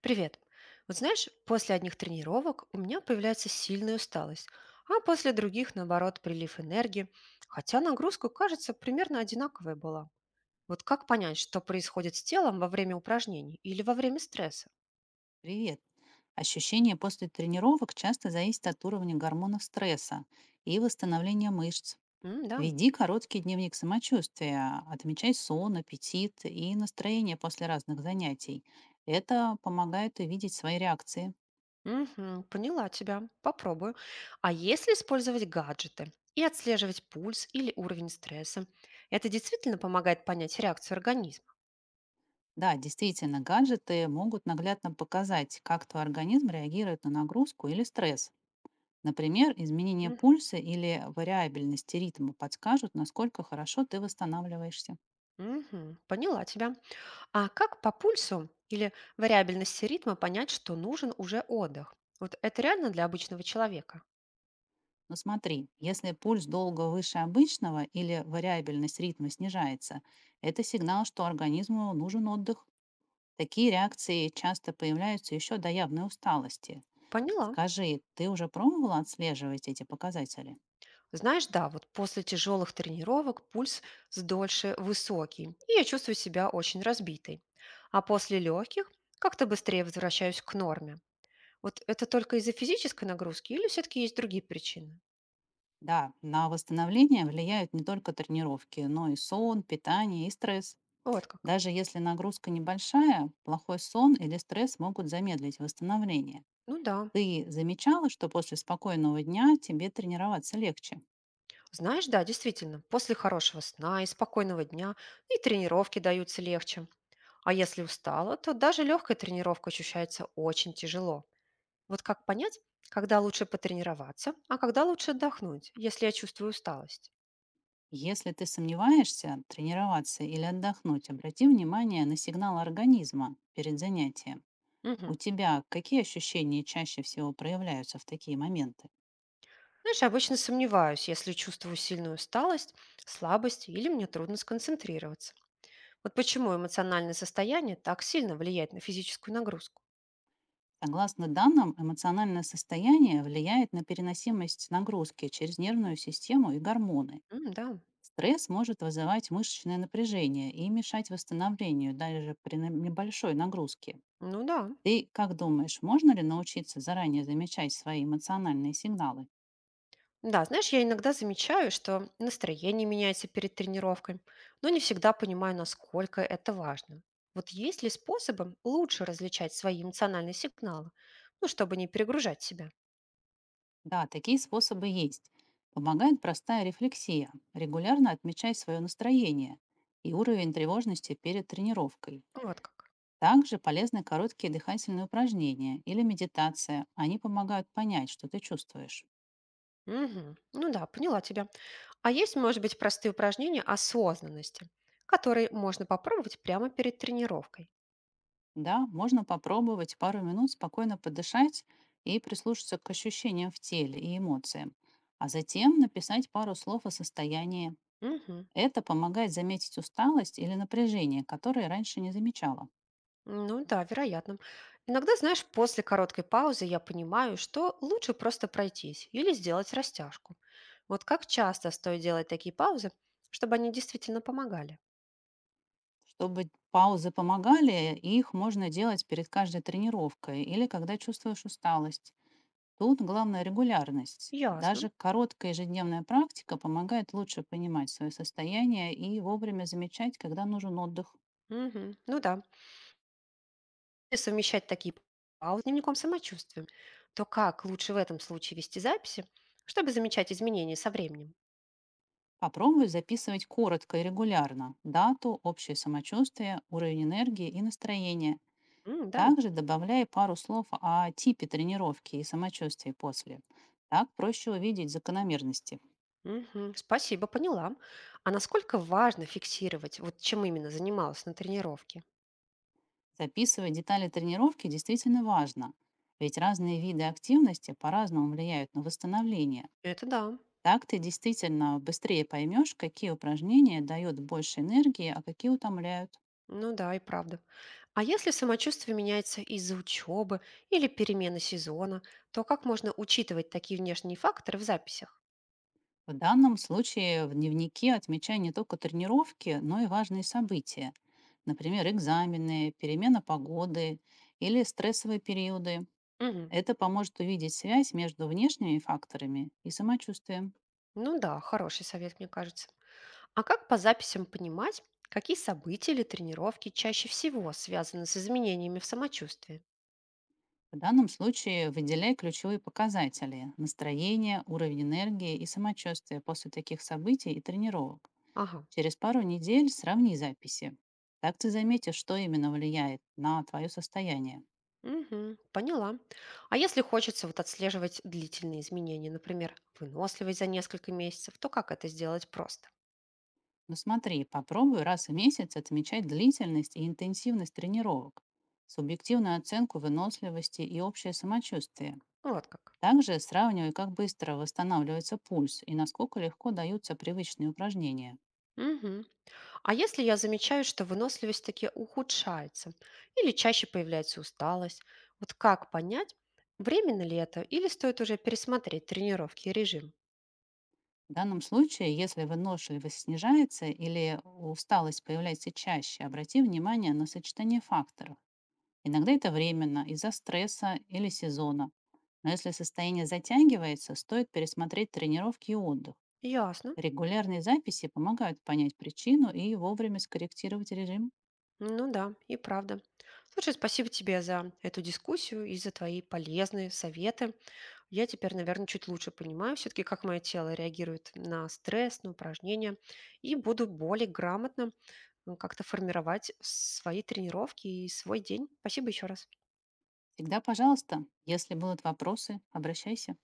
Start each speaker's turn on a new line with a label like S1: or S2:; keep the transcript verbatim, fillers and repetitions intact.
S1: Привет. Вот знаешь, после одних тренировок у меня появляется сильная усталость, а после других, наоборот, прилив энергии, хотя нагрузка, кажется, примерно одинаковая была. Вот как понять, что происходит с телом во время упражнений или во время стресса?
S2: Привет. Ощущения после тренировок часто зависят от уровня гормонов стресса и восстановления мышц.
S1: М, да.
S2: Веди короткий дневник самочувствия, отмечай сон, аппетит и настроение после разных занятий. Это помогает увидеть свои реакции.
S1: Мгм, поняла тебя, попробую. А если использовать гаджеты и отслеживать пульс или уровень стресса, это действительно помогает понять реакцию организма?
S2: Да, действительно, гаджеты могут наглядно показать, как твой организм реагирует на нагрузку или стресс. Например, изменение
S1: М,
S2: пульса или вариабельности ритма подскажут, насколько хорошо ты восстанавливаешься.
S1: мгм, поняла тебя. А как по пульсу или вариабельности ритма понять, что нужен уже отдых? Вот это реально для обычного человека?
S2: Но смотри, если пульс долго выше обычного или вариабельность ритма снижается, это сигнал, что организму нужен отдых. Такие реакции часто появляются еще до явной усталости.
S1: Поняла.
S2: Скажи, ты уже пробовала отслеживать эти показатели?
S1: Знаешь, да, вот после тяжелых тренировок пульс дольше высокий, и я чувствую себя очень разбитой. А после легких как-то быстрее возвращаюсь к норме. Вот это только из-за физической нагрузки или все-таки есть другие причины?
S2: Да, на восстановление влияют не только тренировки, но и сон, питание и стресс.
S1: Вот как.
S2: Даже если нагрузка небольшая, плохой сон или стресс могут замедлить восстановление.
S1: Ну да.
S2: Ты замечала, что после спокойного дня тебе тренироваться легче?
S1: Знаешь, да, действительно, после хорошего сна и спокойного дня и тренировки даются легче. А если устала, то даже легкая тренировка ощущается очень тяжело. Вот как понять, когда лучше потренироваться, а когда лучше отдохнуть, если я чувствую усталость?
S2: Если ты сомневаешься, тренироваться или отдохнуть, обрати внимание на сигнал организма перед занятием. У
S1: Мгм.
S2: тебя какие ощущения чаще всего проявляются в такие моменты?
S1: Знаешь, я обычно сомневаюсь, если чувствую сильную усталость, слабость или мне трудно сконцентрироваться. Вот почему эмоциональное состояние так сильно влияет на физическую нагрузку.
S2: Согласно данным, эмоциональное состояние влияет на переносимость нагрузки через нервную систему и гормоны.
S1: М, да,
S2: Стресс может вызывать мышечное напряжение и мешать восстановлению даже при на- небольшой нагрузке.
S1: ну да.
S2: Ты как думаешь, можно ли научиться заранее замечать свои эмоциональные сигналы?
S1: Да, знаешь, я иногда замечаю, что настроение меняется перед тренировкой, но не всегда понимаю, насколько это важно. Вот есть ли способы лучше различать свои эмоциональные сигналы, ну, чтобы не перегружать себя?
S2: Да, такие способы есть. Помогает простая рефлексия. Регулярно отмечай свое настроение и уровень тревожности перед тренировкой.
S1: Вот как.
S2: Также полезны короткие дыхательные упражнения или медитация. Они помогают понять, что ты чувствуешь.
S1: Мгм. Ну да, поняла тебя. А есть, может быть, простые упражнения осознанности, которые можно попробовать прямо перед тренировкой?
S2: Да, можно попробовать пару минут спокойно подышать и прислушаться к ощущениям в теле и эмоциям. А затем написать пару слов о состоянии.
S1: Мгм.
S2: Это помогает заметить усталость или напряжение, которое раньше не замечала.
S1: Ну да, вероятно. Иногда, знаешь, после короткой паузы я понимаю, что лучше просто пройтись или сделать растяжку. Вот как часто стоит делать такие паузы, чтобы они действительно помогали?
S2: Чтобы паузы помогали, их можно делать перед каждой тренировкой или когда чувствуешь усталость. Тут главное регулярность.
S1: Ясно.
S2: Даже короткая ежедневная практика помогает лучше понимать свое состояние и вовремя замечать, когда нужен отдых.
S1: Мгм. Ну да. Если совмещать такие паузы с дневником самочувствия, то как лучше в этом случае вести записи, чтобы замечать изменения со временем?
S2: Попробуй записывать коротко и регулярно дату, общее самочувствие, уровень энергии и настроение.
S1: М, да.
S2: Также добавляй пару слов о типе тренировки и самочувствии после. Так проще увидеть закономерности.
S1: Мгм. Спасибо, поняла. А насколько важно фиксировать, вот чем именно занималась на тренировке?
S2: Записывать детали тренировки действительно важно, ведь разные виды активности по-разному влияют на восстановление.
S1: Это да.
S2: Так ты действительно быстрее поймешь, какие упражнения дают больше энергии, а какие утомляют.
S1: Ну да, и правда. А если самочувствие меняется из-за учебы или перемены сезона, то как можно учитывать такие внешние факторы в записях?
S2: В данном случае в дневнике отмечай не только тренировки, но и важные события. Например, экзамены, перемена погоды или стрессовые периоды.
S1: Мгм.
S2: Это поможет увидеть связь между внешними факторами и самочувствием.
S1: Ну да, хороший совет, мне кажется. А как по записям понимать, какие события или тренировки чаще всего связаны с изменениями в самочувствии?
S2: В данном случае выделяй ключевые показатели – настроение, уровень энергии и самочувствие после таких событий и тренировок.
S1: Ага.
S2: Через пару недель сравни записи. Так ты заметишь, что именно влияет на твое состояние.
S1: Мгм, поняла. А если хочется вот отслеживать длительные изменения, например, выносливость за несколько месяцев, то как это сделать просто?
S2: Но смотри, попробуй раз в месяц отмечать длительность и интенсивность тренировок, субъективную оценку выносливости и общее самочувствие.
S1: Вот как.
S2: Также сравнивай, как быстро восстанавливается пульс и насколько легко даются привычные упражнения.
S1: Мгм. А если я замечаю, что выносливость таки ухудшается или чаще появляется усталость, вот как понять, временно ли это или стоит уже пересмотреть тренировки и режим?
S2: В данном случае, если выносливость снижается или усталость появляется чаще, обрати внимание на сочетание факторов. Иногда это временно, из-за стресса или сезона. Но если состояние затягивается, стоит пересмотреть тренировки и отдых.
S1: Ясно.
S2: Регулярные записи помогают понять причину и вовремя скорректировать режим.
S1: Ну да, и правда. Слушай, спасибо тебе за эту дискуссию и за твои полезные советы. Я теперь, наверное, чуть лучше понимаю все-таки, как мое тело реагирует на стресс, на упражнения, и буду более грамотно, ну, как-то формировать свои тренировки и свой день. Спасибо еще раз.
S2: Всегда, пожалуйста, если будут вопросы, обращайся.